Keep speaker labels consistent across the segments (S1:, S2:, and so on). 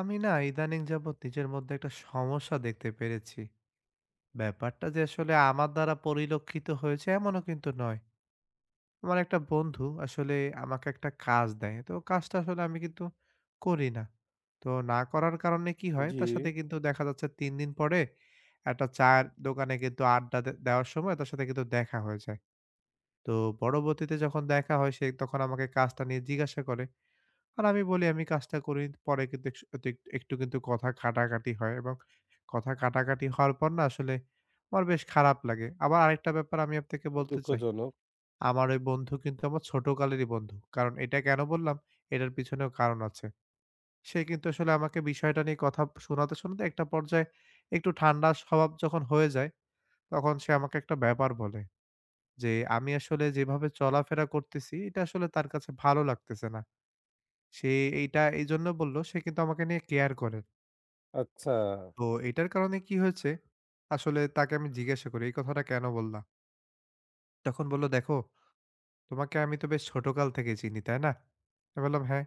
S1: আমি না ইদানিং যাবৎ নিজের মধ্যে একটা সমস্যা দেখতে পেরেছি। ব্যাপারটা যে আসলে আমার দ্বারা পরিলক্ষিত হয়েছে এমনও কিন্তু নয়। আমার একটা বন্ধু আসলে আমাকে একটা কাজ দেয়। তো কাজটা আসলে আমি কিন্তু করি না। তো না করার কারণে কি হয়?
S2: জি,
S1: তার সাথে কিন্তু দেখা যাচ্ছে ৩ দিন পরে একটা চায়ের দোকানে কিন্তু আড্ডা দেওয়ার সময় তার সাথে কিন্তু দেখা হয়ে যায়। তো পরবর্তীতে যখন দেখা হয় সে তখন আমাকে কাজটা নিয়ে জিজ্ঞাসা করে। আর আমি বলি আমি কাজটা করি। পরে কিন্তু একস এক একটু কিন্তু কথা কাটাকাটি হয় এবং কথা কাটাকাটি হওয়ার পর না আসলে আমার বেশ খারাপ লাগে। আবার আরেকটা ব্যাপার আমি আপনাকে
S2: খুবই
S1: বলতে চাই।
S2: দুঃখজনক।
S1: আমার ওই বন্ধু কিন্তু আমার ছোটকালেরই বন্ধু। কারণ এটা কেন বললাম? এটার পিছনেও কারণ আছে। সে কিন্তু আসলে আমাকে বিষয়টা নিয়ে কথা শোনাতে, শোনাতে একটা পর্যায়ে একটু ঠান্ডা স্বভাব যখন হয়ে যায়, তখন সে আমাকে একটা ব্যাপার বলে যে, "আমি আসলে যেভাবে চলাফেরা করতেছি, এটা আসলে তার কাছে ভালো লাগতেছে না।" সে এইটা এইজন্য বললো, সে কিন্তু আমাকে নিয়ে কেয়ার করে।
S2: আচ্ছা,
S1: তো এটার কারণে কি হয়েছে, আসলে তাকে আমি জিজ্ঞাসা করি, "এই কথাটা কেন বললা?" তখন বলল, "দেখো, তোমাকে আমি তো বেশ ছোটকাল থেকে চিনি, তাই না?" আমি বললাম, "হ্যাঁ,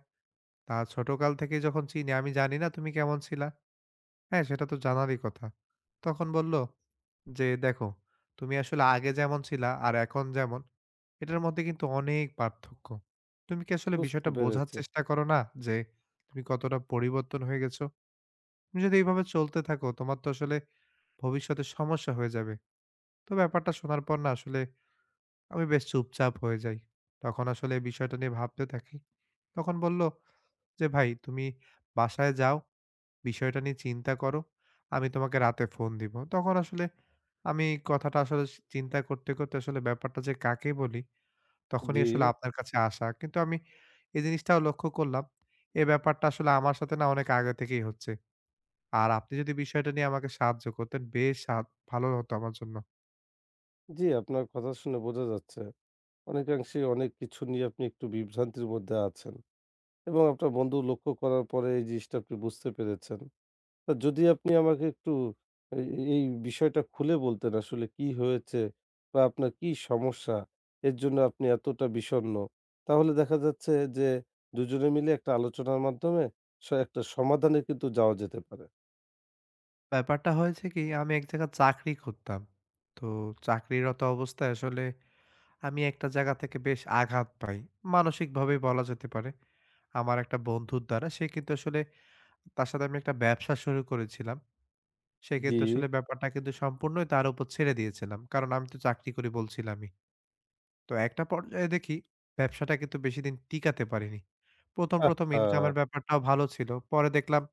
S1: তা ছোটকাল থেকেই যখন চিনি, আমি জানি না তুমি কেমন ছিলা। হ্যাঁ, সেটা তো জানারই কথা।" তখন বলল যে, "দেখো, তুমি আসলে আগে যেমন ছিলা আর এখন যেমন, এটার মধ্যে কিন্তু অনেক পার্থক্য। তুমি কি আসলে
S2: বুঝতে
S1: বিষয়টা বোঝার
S2: পেরেছি।
S1: চেষ্টা করো না যে, তুমি কতটা পরিবর্তন হয়ে গেছো?" তুমি যদি এইভাবে চলতে থাকো তোমার তো আসলে ভবিষ্যতে সমস্যা হয়ে যাবে। তো ব্যাপারটা শোনার পর না আসলে আমি বেশ চুপচাপ হয়ে যাই। তখন আসলে এই বিষয়টা নিয়ে ভাবতে থাকি। তখন বলল যে, "ভাই তুমি বাসায় যাও, বিষয়টা নিয়ে চিন্তা করো। আমি তোমাকে রাতে ফোন দিব।" তখন আসলে আমি কথাটা আসলে চিন্তা করতে, করতে আসলে ব্যাপারটা যে কাকে বলি, তখনই
S2: জি,
S1: আসলে আপনার কাছে আসা। কিন্তু আমি এই জিনিসটাও লক্ষ্য করলাম, এই ব্যাপারটা আসলে আমার সাথে না অনেক আগে থেকেই হচ্ছে। আর আপনি যদি বিষয়টা নিয়ে আমাকে সাহায্য করতেন, বেশ ভালো হতো আমার জন্য।
S2: জি, আপনার কথা শুনে বোঝা যাচ্ছে অনেকাংশেই অনেক কিছু নিয়ে আপনি একটু বিভ্রান্তির মধ্যে আছেন এবং আপনার বন্ধু লক্ষ্য করার পরে এই জিনিসটা আপনি বুঝতে পেরেছেন। তা যদি আপনি আমাকে একটু এই এই বিষয়টা খুলে বলতেন আসলে কি হয়েছে বা আপনার কি সমস্যা? এর জন্য আপনি এতটা বিষণ্ণ। তাহলে দেখা যাচ্ছে যে দুজনে মিলে একটা আলোচনার মাধ্যমে একটা সমাধানে কিন্তু যাওয়া যেতে পারে।
S1: ব্যাপারটা হয়েছে কি, আমি এক জায়গায় চাকরি করতাম। তো চাকরিরত অবস্থায় আসলে আমি একটা জায়গা থেকে বেশ আঘাত পাই। মানসিকভাবেই বলা যেতে পারে। আমার একটা বন্ধুর দ্বারা সে কিন্তু আসলে তার সাথে আমি একটা ব্যবসা শুরু করেছিলাম। সে
S2: জি।
S1: কিন্তু আসলে ব্যাপারটা কিন্তু সম্পূর্ণই তার উপর ছেড়ে দিয়েছিলাম। কারণ আমি তো চাকরি করি বলছিলামই। তো একটা পর্যায়ে দেখি ব্যবসাটা কিন্তু বেশিদিন টিকাতে পারিনি। ১ম
S2: আহহা!
S1: ইনকামের ব্যাপারটাও ভালো ছিল। পরে দেখলাম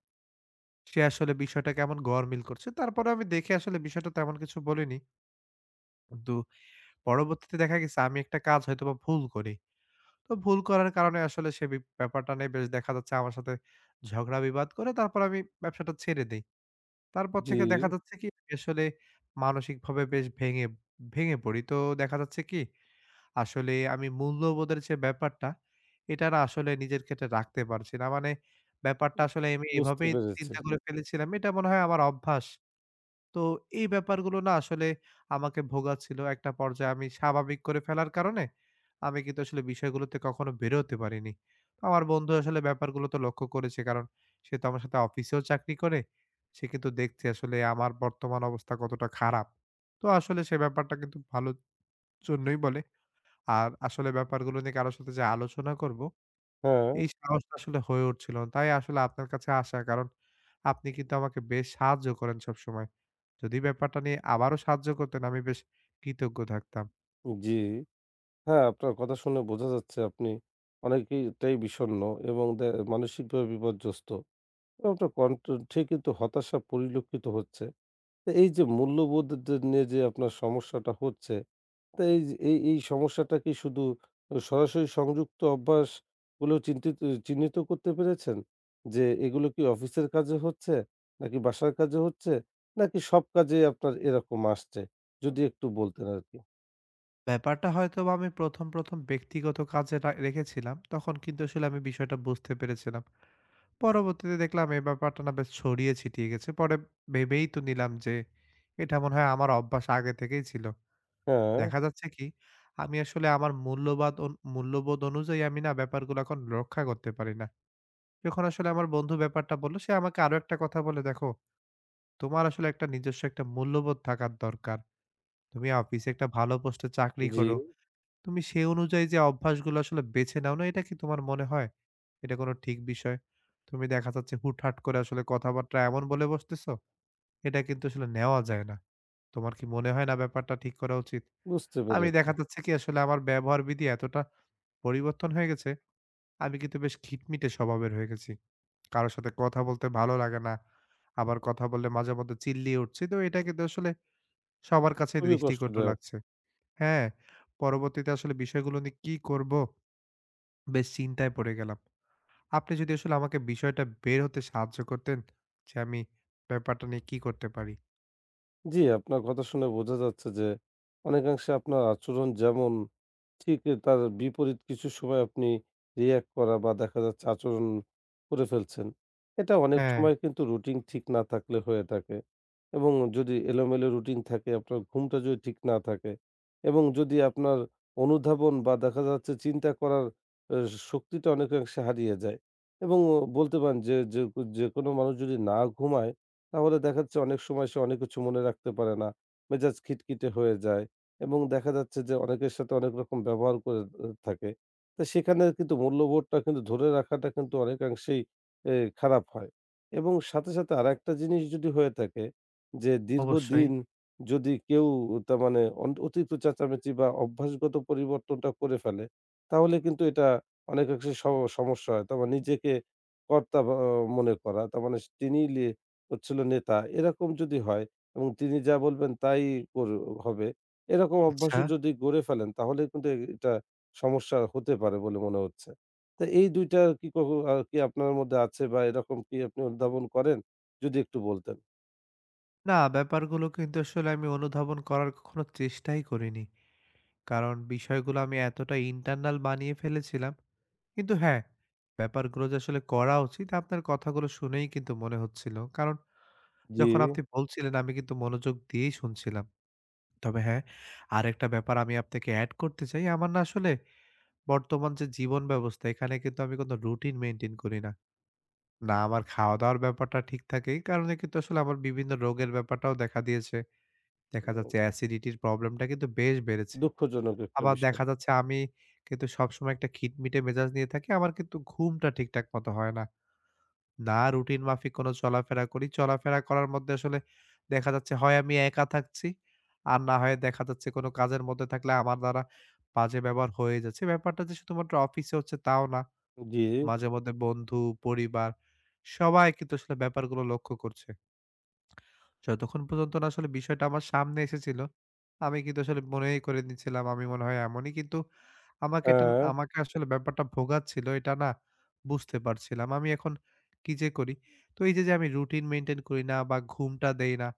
S1: সে আসলে বিষয়টা কেমন গড়মিল করছে। তারপরেও আমি দেখে আসলে বিষয়টা তেমন কিছু বলিনি। কিন্তু পরবর্তীতে দেখা গেছে আমি একটা কাজ হয়তোবা ভুল করি। তো ভুল করার কারণে আসলে সে ব্যাপারটা নিয়ে বেশ দেখা যাচ্ছে আমার সাথে ঝগড়া বিবাদ করে তারপর আমি ব্যবসাটা ছেড়ে দেই। তারপর
S2: জি,
S1: থেকে দেখা যাচ্ছে কি আমি আসলে মানসিকভাবে বেশ ভেঙে ভেঙে পড়ি। তো দেখা যাচ্ছে কি আসলে আমি মূল্যবোধের যে ব্যাপারটা এটা না আসলে নিজের ক্ষেত্রে রাখতে পারছি না। মানে ব্যাপারটা আসলে আমি
S2: বুঝতে
S1: এভাবেই
S2: পেরেছি।
S1: চিন্তা করে ফেলেছিলাম। এটা মনে হয় আমার অভ্যাস। তো এই ব্যাপারগুলো না আসলে আমাকে ভোগাচ্ছিল। একটা পর্যায়ে আমি স্বাভাবিক করে ফেলার কারণে আমি কিন্তু আসলে বিষয়গুলোতে কখনো বেরোতে পারিনি। তো আমার বন্ধু আসলে ব্যাপারগুলো তো লক্ষ্য করেছে কারণ সে তো আমার সাথে অফিসেও চাকরি করে। সে কিন্তু দেখছে আসলে আমার বর্তমান অবস্থা কতটা খারাপ। তো আসলে সে ব্যাপারটা কিন্তু ভালোর জন্যই বলে। আর আসলে ব্যাপারগুলো নিয়ে কারো সাথে যে আলোচনা করব
S2: হ্যাঁ,
S1: এই সাহসটা আসলে হয়ে উঠছিল না। তাই আসলে আপনার কাছে আসা। কারণ আপনি কিন্তু আমাকে বেশ সাহায্য করেন সবসময়। যদি ব্যাপারটা নিয়ে আবারও সাহায্য করতেন আমি বেশ কৃতজ্ঞ থাকতাম।
S2: জি। হ্যাঁ, আপনার কথা শুনে বোঝা যাচ্ছে আপনি অনেকটাই বিষণ্ণ এবং মানসিকভাবে বিপর্যস্ত। এবং আপনার কণ্ঠ ঠিকই তো হতাশা পরিলক্ষিত হচ্ছে। তো এই যে মূল্যবোধ নিয়ে যে আপনার সমস্যাটা হচ্ছে, তো এই যে এই এই সমস্যাটা কি শুধু সরাসরি সংযুক্ত অভ্যাস বলেও চিহ্নিত করতে পেরেছেন? যে এগুলো কি অফিসের কাজে হচ্ছে? নাকি বাসার কাজে হচ্ছে? নাকি সব কাজেই আপনার এরকম আসছে? যদি একটু বলতেন আরকি।
S1: ব্যাপারটা হয়তোবা আমি ১ম ব্যক্তিগত কাজে রেখেছিলাম। তখন কিন্তু আসলে আমি বিষয়টা বুঝতে পেরেছিলাম। পরবর্তীতে দেখলাম এই ব্যাপারটা না বেশ ছড়িয়ে ছিটিয়ে গেছে। পরে ভেবেই তো নিলাম যে এটা মনে হয় আমার অভ্যাস আগে থেকেই ছিল।
S2: হ্যাঁ,
S1: দেখা যাচ্ছে কি আমি আসলে আমার মূল্যবাদ অন মূল্যবোধ অনুযায়ী আমি না ব্যাপারগুলো এখন রক্ষা করতে পারি না। যখন আসলে আমার বন্ধু ব্যাপারটা বলল, সে আমাকে আরো একটা কথা বলে, "দেখো, তোমার আসলে একটা নিজস্ব একটা মূল্যবোধ থাকার দরকার। তুমি অফিসে একটা ভালো পোস্টে চাকরি
S2: জি,
S1: করো। তুমি সে অনুযায়ী যে অভ্যাসগুলো আসলে বেছে নাও না, এটা কি তোমার মনে হয় এটা কোনো ঠিক বিষয়? তুমি দেখা যাচ্ছে হুটহাট করে আসলে কথাবার্তা এমন বলে বসতেছো, এটা কিন্তু আসলে নেওয়া যায় না। তোমার কি মনে হয় না ব্যাপারটা ঠিক করা উচিত?"
S2: বুঝতে
S1: আমি
S2: পেরেছি।
S1: দেখা যাচ্ছে কি আসলে আমার ব্যবহার বিধি এতটা পরিবর্তন হয়ে গেছে, আমি কিন্তু বেশ খিটমিটে স্বভাবের হয়ে গেছি। কারো সাথে কথা বলতে ভালো লাগে না। আবার কথা বললে মাঝেমধ্যে চিল্লিয়ে উঠছি। তো এটা কিন্তু আসলে সবার কাছে
S2: খুবই
S1: দৃষ্টিকটু
S2: কষ্টদায়ক।
S1: লাগছে। হ্যাঁ, পরবর্তীতে আসলে বিষয়গুলো নিয়ে কি করব? বেশ চিন্তায় পড়ে গেলাম। আপনি যদি আসলে আমাকে বিষয়টা বের হতে সাহায্য করতেন যে আমি ব্যাপারটা নিয়ে কি করতে পারি?
S2: জি, আপনার কথা শুনে বোঝা যাচ্ছে যে অনেকাংশে আপনার আচরণ যেমন ঠিক তার বিপরীত কিছু সময় আপনি রিঅ্যাক্ট করা বা দেখা যাচ্ছে আচরণ করে ফেলছেন। এটা অনেক
S1: হ্যাঁ।
S2: সময় কিন্তু রুটিন ঠিক না থাকলে হয়ে থাকে এবং যদি এলোমেলো রুটিন থাকে আপনার ঘুমটা যদি ঠিক না থাকে এবং যদি আপনার অনুধাবন বা দেখা যাচ্ছে চিন্তা করার আ শক্তিটা অনেকাংশে হারিয়ে যায় এবং বলতে পারেন যে যে যেকোনো মানুষ যদি না ঘুমায় তাহলে দেখা যাচ্ছে অনেক সময় সে অনেক কিছু মনে রাখতে পারে না। মেজাজ খিটখিটে হয়ে যায় এবং দেখা যাচ্ছে যে অনেকের সাথে অনেক রকম ব্যবহার করে থাকে। তো সেখানে কিন্তু মূল্যবোধটা কিন্তু ধরে রাখাটা কিন্তু অনেকাংশেই এ খারাপ হয় এবং সাথে, সাথে আরেকটা জিনিস যদি হয়ে থাকে যে
S1: অবশ্যই।
S2: দীর্ঘদিন যদি কেউ তার মানে অতিরিক্ত চেঁচামেচি বা অভ্যাসগত পরিবর্তনটা করে ফেলে, তাহলে কিন্তু এটা অনেকাংশে সমস্যা হয়। তার মানে নিজেকে কর্তা বা মনে করা। তার মানে তিনিই হচ্ছিল নেতা। এরকম যদি হয় এবং তিনি যা বলবেন তাই কর হবে। এরকম
S1: আচ্ছা।
S2: অভ্যাসও যদি গড়ে ফেলেন তাহলে কিন্তু এটা সমস্যা হতে পারে বলে মনে হচ্ছে। তো এই ২টা টা কি কখো আ কি আপনার মধ্যে আছে বা এরকম কি আপনি উদ্ভাবন করেন? যদি একটু বলতেন।
S1: না, ব্যাপারগুলো কিন্তু আসলে আমি অনুধাবন করার কখনো চেষ্টাই করিনি। কারণ বিষয়গুলো আমি এতটা ইন্টারনাল বানিয়ে ফেলেছিলাম কিন্তু হ্যাঁ, ব্যাপারগুলো যে আসলে করা উচিত আপনার কথাগুলো শুনেই কিন্তু মনে হচ্ছিল। কারণ
S2: জি।
S1: যখন আপনি বলছিলেন আমি কিন্তু মনোযোগ দিয়েই শুনছিলাম। তবে হ্যাঁ, আরেকটা ব্যাপার আমি আপনাকে এড করতে চাই। আমার না আসলে বর্তমান যে জীবন ব্যবস্থা এখানে কিন্তু আমি কোনো রুটিন মেইনটেইন করি না। না আমার খাওয়া-দাওয়ার ব্যাপারটা ঠিক থাকে। এই কারণে কিন্তু আসলে আমার বিভিন্ন রোগের ব্যাপারটাও দেখা দিয়েছে। দেখা যাচ্ছে অ্যাসিডিটির প্রবলেমটা কিন্তু বেশ বেড়েছে।
S2: দুঃখজনক একটা
S1: আবার
S2: বিষয়।
S1: দেখা যাচ্ছে আমি কিন্তু সবসময় একটা খিটমিটে মেজাজ নিয়ে থাকি। আমার কিন্তু ঘুমটা ঠিকঠাক মতো হয় না। না রুটিন মাফিক কোনো চলাফেরা করি। চলাফেরা করার মধ্যে আসলে দেখা যাচ্ছে হয় আমি একা থাকছি, আর না হয় দেখা যাচ্ছে কোনো কাজের মধ্যে থাকলে আমার দ্বারা বাজে ব্যবহার হয়ে যাচ্ছে। ব্যাপারটা যে শুধুমাত্র অফিসে হচ্ছে তাও না।
S2: জি,
S1: মাঝে মধ্যে বন্ধু, পরিবার সবাই কিন্তু আসলে ব্যাপারগুলো লক্ষ্য করছে। যতক্ষণ পর্যন্ত না আসলে বিষয়টা আমার সামনে এসেছিল, আমি কিন্তু আসলে মনেই করে নিচ্ছিলাম আমি মনে হয় এমনই। কিন্তু আমাকে এটা
S2: হ্যাঁ,
S1: আমাকে আসলে ব্যাপারটা ভোগাচ্ছিল এটা না বুঝতে পারছিলাম। আমি এখন কি যে করি? তো এই যে, যে আমি রুটিন মেইনটেইন করি না বা ঘুমটা দেই না,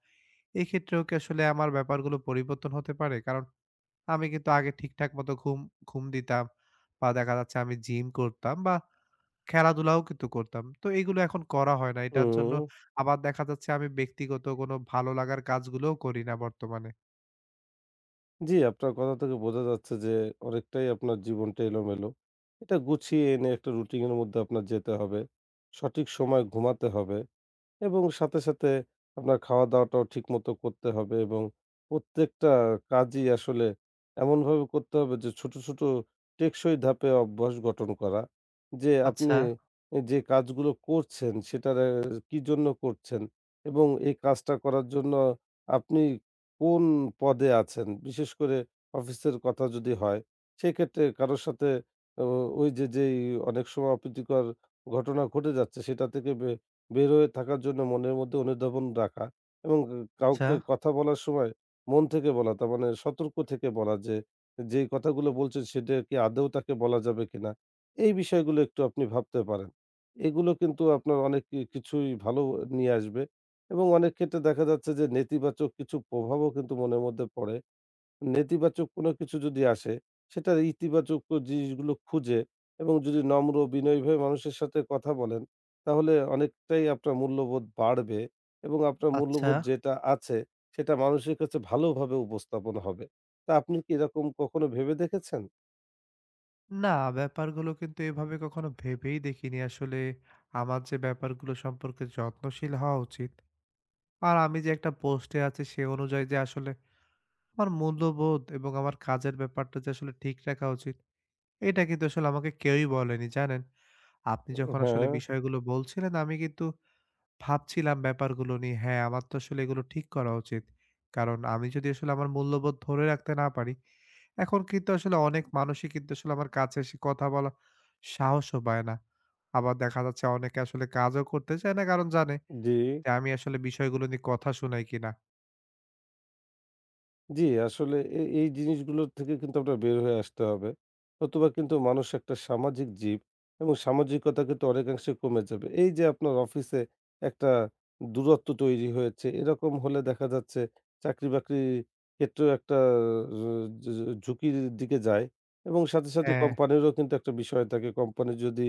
S1: এক্ষেত্রেও কি আসলে আমার ব্যাপারগুলো পরিবর্তন হতে পারে? কারণ আমি কিন্তু আগে ঠিকঠাক মতো ঘুম ঘুম দিতাম বা দেখা যাচ্ছে আমি জিম করতাম বা খেলাধুলাও কিন্তু করতাম। তো এগুলো এখন করা হয় না। এটার জন্য
S2: হুম।
S1: আবার দেখা যাচ্ছে আমি ব্যক্তিগত কোনো ভালো লাগার কাজগুলোও করি না বর্তমানে।
S2: জি, আপনার কথা থেকে বোঝা যাচ্ছে যে অনেকটাই আপনার জীবনটা এলোমেলো। এটা গুছিয়ে এনে একটা রুটিন এর মধ্যে আপনার যেতে হবে। সঠিক সময় ঘুমাতে হবে। এবং সাথে, সাথে আপনার খাওয়া-দাওয়াটাও ঠিকমতো করতে হবে এবং প্রত্যেকটা কাজই আসলে এমনভাবে করতে হবে যে ছোট, ছোট টেকসই ধাপে অভ্যাস গঠন করা। যে আপনি
S1: আচ্ছা,
S2: এ যে কাজগুলো করছেন সেটার কি জন্য করছেন এবং এই কাজটা করার জন্য আপনি কোন পদে আছেন? বিশেষ করে অফিসের কথা যদি হয়, সেক্ষেত্রে কারো সাথে ও ওই যে অনেক সময় অপ্রীতিকর ঘটনা ঘটে যাচ্ছে সেটা থেকে বের হয়ে থাকার জন্য মনের মধ্যে অনুধাবন রাখা এবং
S1: আচ্ছা,
S2: কাউকে কথা বলার সময় মন থেকে বলা তার মানে সতর্ক থেকে বলা যে, যেই কথাগুলো বলছেন সেটা কি আদৌ তাকে বলা যাবে কিনা? এই বিষয়গুলো একটু আপনি ভাবতে পারেন। এগুলো কিন্তু আপনার অনেক কিছুই ভালো নিয়ে আসবে এবং অনেক ক্ষেত্রে দেখা যাচ্ছে যে নেতিবাচক কিছু প্রভাবও কিন্তু মনের মধ্যে পড়ে। নেতিবাচক কোনো কিছু যদি আসে, সেটার ইতিবাচক জিনিসগুলো খুঁজে এবং যদি নম্র বিনয়ীভাবে মানুষের সাথে কথা বলেন, তাহলে অনেকটাই আপনার মূল্যবোধ বাড়বে এবং আপনার
S1: আচ্ছা।
S2: মূল্যবোধ যেটা আছে, সেটা মানুষের কাছে ভালোভাবে উপস্থাপন হবে। তা আপনি কি এরকম কখনো ভেবে দেখেছেন?
S1: না, ব্যাপারগুলো কিন্তু এভাবে কখনো ভেবেই দেখিনি। আসলে আমার যে ব্যাপারগুলো সম্পর্কে যত্নশীল হওয়া উচিত। আর আমি যে একটা পোস্টে আছি সে অনুযায়ী যে আসলে আমার মূল্যবোধ এবং আমার কাজের ব্যাপারটা যে আসলে ঠিক রাখা উচিত, এটা কিন্তু আসলে আমাকে কেউই বলেনি, জানেন? আপনি যখন আসলে
S2: হ্যাঁ,
S1: বিষয়গুলো বলছিলেন আমি কিন্তু ভাবছিলাম ব্যাপারগুলো নিয়ে। হ্যাঁ, আমার তো আসলে এগুলো ঠিক করা উচিত। কারণ আমি যদি আসলে আমার মূল্যবোধ ধরে রাখতে না পারি, এখন কিন্তু আসলে অনেক মানুষই কিন্তু আসলে আমার কাছে এসে কথা বলার সাহসও পায় না। আবার দেখা যাচ্ছে অনেকে আসলে কাজও করতে চায় না কারণ জানে
S2: জি।
S1: যে আমি আসলে বিষয়গুলো নিয়ে কথা শোনাই কিনা।
S2: জি, আসলে এই জিনিসগুলোর থেকে কিন্তু আপনার বের হয়ে আসতে হবে। নতুবা কিন্তু মানুষ একটা সামাজিক জীব এবং সামাজিকতা কিন্তু অনেকাংশে কমে যাবে। এই যে আপনার অফিসে একটা দূরত্ব তৈরি হয়েছে, এরকম হলে দেখা যাচ্ছে চাকরি-বাকরির ক্ষেত্রেও একটা য য ঝুঁকির দিকে যায় এবং সাথে, সাথে
S1: হ্যাঁ,
S2: কোম্পানিরও কিন্তু একটা বিষয় থাকে। কোম্পানির যদি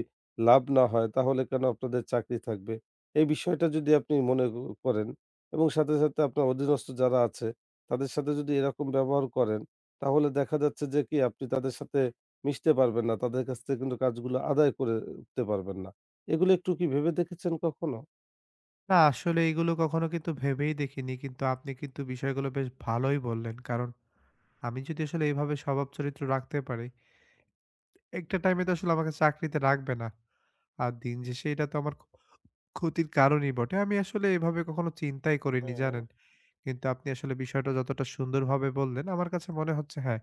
S2: লাভ না হয় তাহলে কেন আপনাদের চাকরি থাকবে? এই বিষয়টা যদি আপনি মনে করেন এবং সাথে, সাথে আপনার অধীনস্থ যারা আছে তাদের সাথে যদি এরকম ব্যবহার করেন, তাহলে দেখা যাচ্ছে যে কি আপনি তাদের সাথে মিশতে পারবেন না। তাদের কাছ থেকে কিন্তু কাজগুলো আদায় করে উঠতে পারবেন না। এগুলো একটু কি ভেবে দেখেছেন কখনো?
S1: না আসলে এগুলো কখনো কিন্তু ভেবেই দেখিনি। কিন্তু আপনি কিন্তু বিষয়গুলো বেশ ভালোই বললেন। কারণ আমি যদি আসলে এভাবে স্বভাব চরিত্র রাখতে পারি, একটা টাইমে তো আসলে আমাকে চাকরিতে রাখবে না। আর দিন শেষে এটা তো আমার ক্ষতির কারণই বটে। আমি আসলে এভাবে কখনো চিন্তাই করিনি
S2: হুম।
S1: জানেন। কিন্তু আপনি আসলে বিষয়টা যতটা সুন্দরভাবে বললেন, আমার কাছে মনে হচ্ছে হ্যাঁ,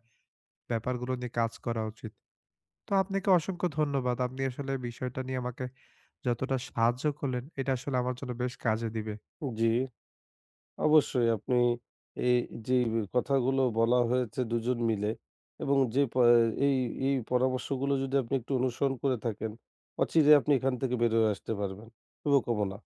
S1: ব্যাপারগুলো নিয়ে কাজ করা উচিত। তো আপনাকে অসংখ্য ধন্যবাদ। আপনি আসলে বিষয়টা নিয়ে আমাকে যতটা সাহায্য করলেন, এটা আসলে আমার জন্য বেশ কাজে দিবে।
S2: জি, অবশ্যই আপনি এই যেই কথাগুলো বলা হয়েছে দুজন মিলে এবং যে প এই এই পরামর্শগুলো যদি আপনি একটু অনুসরণ করে থাকেন, অচিরে আপনি এখান থেকে বের হয়ে আসতে পারবেন। শুভকামনা।